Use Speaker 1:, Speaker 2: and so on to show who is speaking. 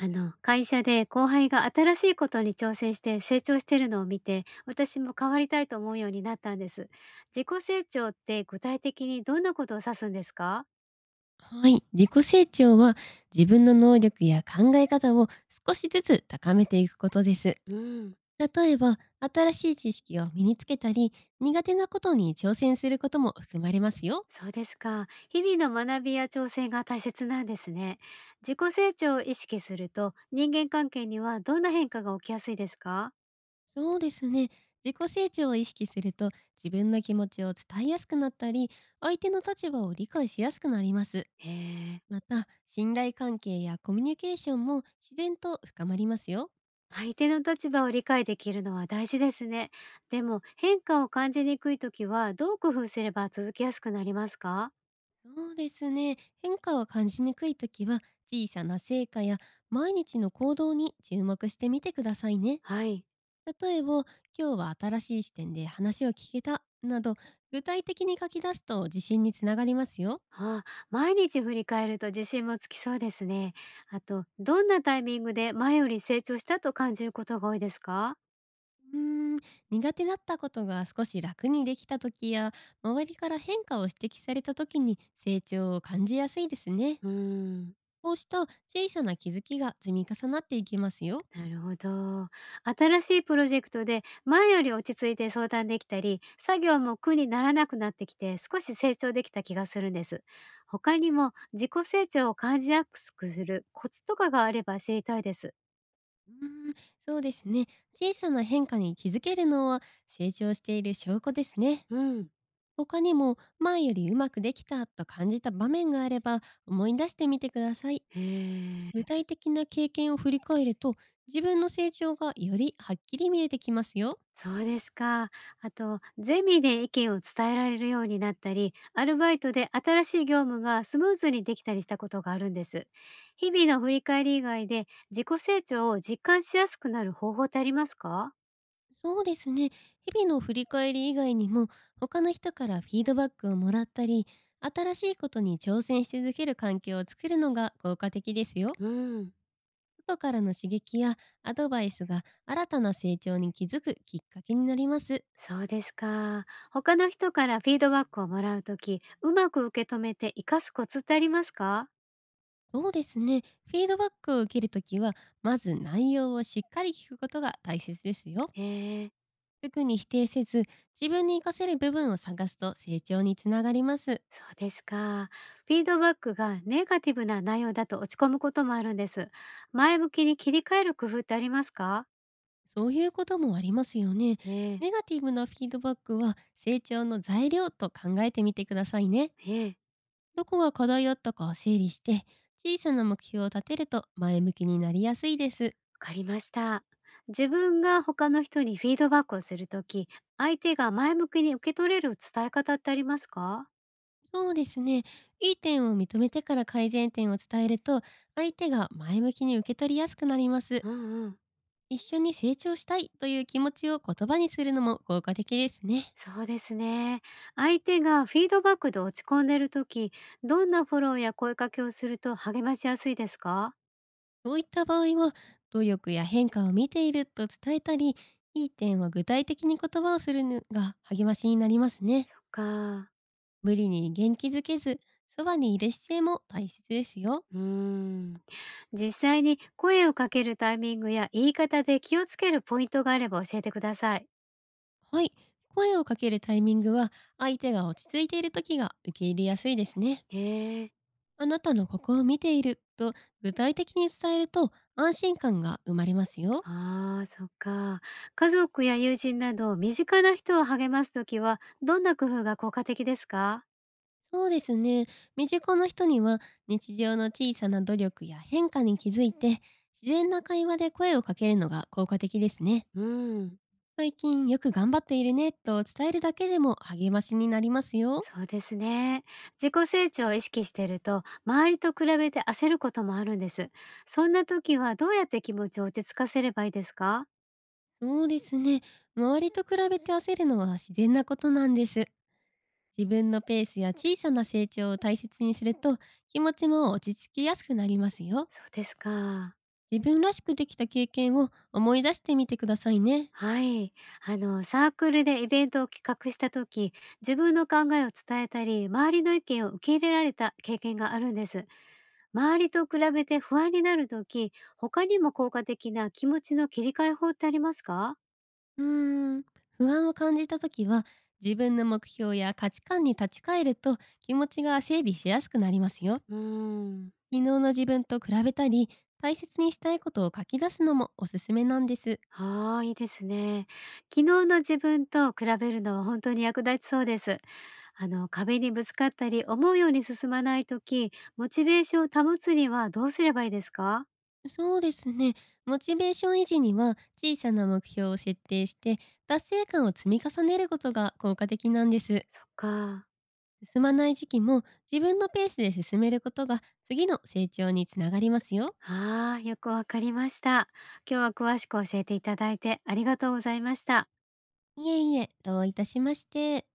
Speaker 1: 会社で後輩が新しいことに挑戦して成長してるのを見て、私も変わりたいと思うようになったんです。自己成長って具体的にどんなことを指すんですか？
Speaker 2: はい。自己成長は、自分の能力や考え方を少しずつ高めていくことです。
Speaker 1: うん、
Speaker 2: 例えば、新しい知識を身につけたり、苦手なことに挑戦することも含まれますよ。
Speaker 1: そうですか。日々の学びや挑戦が大切なんですね。自己成長を意識すると、人間関係にはどんな変化が起きやすいですか？
Speaker 2: そうですね。自己成長を意識すると、自分の気持ちを伝えやすくなったり、相手の立場を理解しやすくなります。
Speaker 1: へえ。
Speaker 2: また、信頼関係やコミュニケーションも自然と深まりますよ。
Speaker 1: 相手の立場を理解できるのは大事ですね。でも変化を感じにくい時はどう工夫すれば続きやすくなりますか？
Speaker 2: そうですね。変化を感じにくいときは、小さな成果や毎日の行動に注目してみてくださいね。
Speaker 1: はい。
Speaker 2: 例えば、今日は新しい視点で話を聞けたなど、具体的に書き出すと自信につながりますよ。
Speaker 1: あ、毎日振り返ると自信もつきそうですね。あと、どんなタイミングで前より成長したと感じることが多いですか？
Speaker 2: うーん、苦手だったことが少し楽にできたときや、周りから変化を指摘されたときに成長を感じやすいですね。
Speaker 1: うーん、
Speaker 2: こうした小さな気づきが積み重なっていきますよ。
Speaker 1: なるほど。新しいプロジェクトで前より落ち着いて相談できたり、作業も苦にならなくなってきて少し成長できた気がするんです。他にも自己成長を感じやすくするコツとかがあれば知りたいです。
Speaker 2: うーん、そうですね。小さな変化に気づけるのは、成長している証拠ですね。
Speaker 1: うん。
Speaker 2: 他にも前よりうまくできたと感じた場面があれば、思い出してみてください。
Speaker 1: へ
Speaker 2: 具
Speaker 1: え。
Speaker 2: 体的な経験を振り返ると、自分の成長がよりはっきり見えてきますよ。
Speaker 1: そうですか。あと、ゼミで意見を伝えられるようになったり、アルバイトで新しい業務がスムーズにできたりしたことがあるんです。日々の振り返り以外で自己成長を実感しやすくなる方法ってありますか？
Speaker 2: そうですね。日々の振り返り以外にも、他の人からフィードバックをもらったり、新しいことに挑戦し続ける環境を作るのが効果的ですよ。
Speaker 1: うん、
Speaker 2: 外からの刺激やアドバイスが、新たな成長に気づくきっかけになります。
Speaker 1: そうですか。他の人からフィードバックをもらうとき、うまく受け止めて活かすコツってありますか？
Speaker 2: そうですね。フィードバックを受けるときは、まず内容をしっかり聞くことが大切ですよ。
Speaker 1: ええ、
Speaker 2: 特に否定せず、自分に活かせる部分を探すと成長につながります。
Speaker 1: そうですか。フィードバックがネガティブな内容だと落ち込むこともあるんです。前向きに切り替える工夫ってありますか？
Speaker 2: そういうこともありますよね。
Speaker 1: ええ、
Speaker 2: ネガティブなフィードバックは成長の材料と考えてみてくださいね。
Speaker 1: ええ、
Speaker 2: どこが課題だったかを整理して、小さな目標を立てると前向きになりやすいです。
Speaker 1: わかりました。自分が他の人にフィードバックをするとき、相手が前向きに受け取れる伝え方ってありますか？
Speaker 2: そうですね。いい点を認めてから改善点を伝えると、相手が前向きに受け取りやすくなります。
Speaker 1: うんうん。
Speaker 2: 一緒に成長したいという気持ちを言葉にするのも効果的ですね。
Speaker 1: そうですね。相手がフィードバックで落ち込んでるとき、どんなフォローや声かけをすると励ましやすいですか？
Speaker 2: そういった場合は、努力や変化を見ていると伝えたり、いい点を具体的に言葉をするのが励ましになりますね。
Speaker 1: そっか。
Speaker 2: 無理に元気づけず、そばにいる姿勢も大切ですよ。
Speaker 1: うーん。実際に声をかけるタイミングや言い方で気をつけるポイントがあれば教えてください。
Speaker 2: はい。声をかけるタイミングは、相手が落ち着いている時が受け入れやすいですね。
Speaker 1: へえ、
Speaker 2: あなたのここを見ていると具体的に伝えると、安心感が生まれますよ。
Speaker 1: ああ、そっか。家族や友人など身近な人を励ますときはどんな工夫が効果的ですか？
Speaker 2: そうですね。身近な人には、日常の小さな努力や変化に気づいて、自然な会話で声をかけるのが効果的ですね。
Speaker 1: うん。
Speaker 2: 最近よく頑張っているねと伝えるだけでも励ましになりますよ。
Speaker 1: そうですね。自己成長を意識してると周りと比べて焦ることもあるんです。そんな時はどうやって気持ちを落ち着かせればいいですか？
Speaker 2: そうですね。周りと比べて焦るのは自然なことなんです。自分のペースや小さな成長を大切にすると、気持ちも落ち着きやすくなりますよ。
Speaker 1: そうですか。
Speaker 2: 自分らしくできた経験を思い出してみてくださいね。
Speaker 1: はい。サークルでイベントを企画した時、自分の考えを伝えたり、周りの意見を受け入れられた経験があるんです。周りと比べて不安になる時、他にも効果的な気持ちの切り替え法ってありますか？
Speaker 2: うーん、不安を感じた時は、自分の目標や価値観に立ち返ると気持ちが整理しやすくなりますよ。
Speaker 1: うーん、
Speaker 2: 昨日の自分と比べたり、大切にしたいことを書き出すのもおすすめなんです。
Speaker 1: はあ、いいですね。昨日の自分と比べるのは本当に役立ちそうです。壁にぶつかったり、思うように進まない時、モチベーションを保つにはどうすればいいですか？
Speaker 2: そうですね。モチベーション維持には、小さな目標を設定して達成感を積み重ねることが効果的なんです。
Speaker 1: そっか。
Speaker 2: 進まない時期も、自分のペースで進めることが次の成長につながりますよ。
Speaker 1: ああ、よくわかりました。今日は詳しく教えていただいてありがとうございました。
Speaker 2: いえいえ、どういたしまして。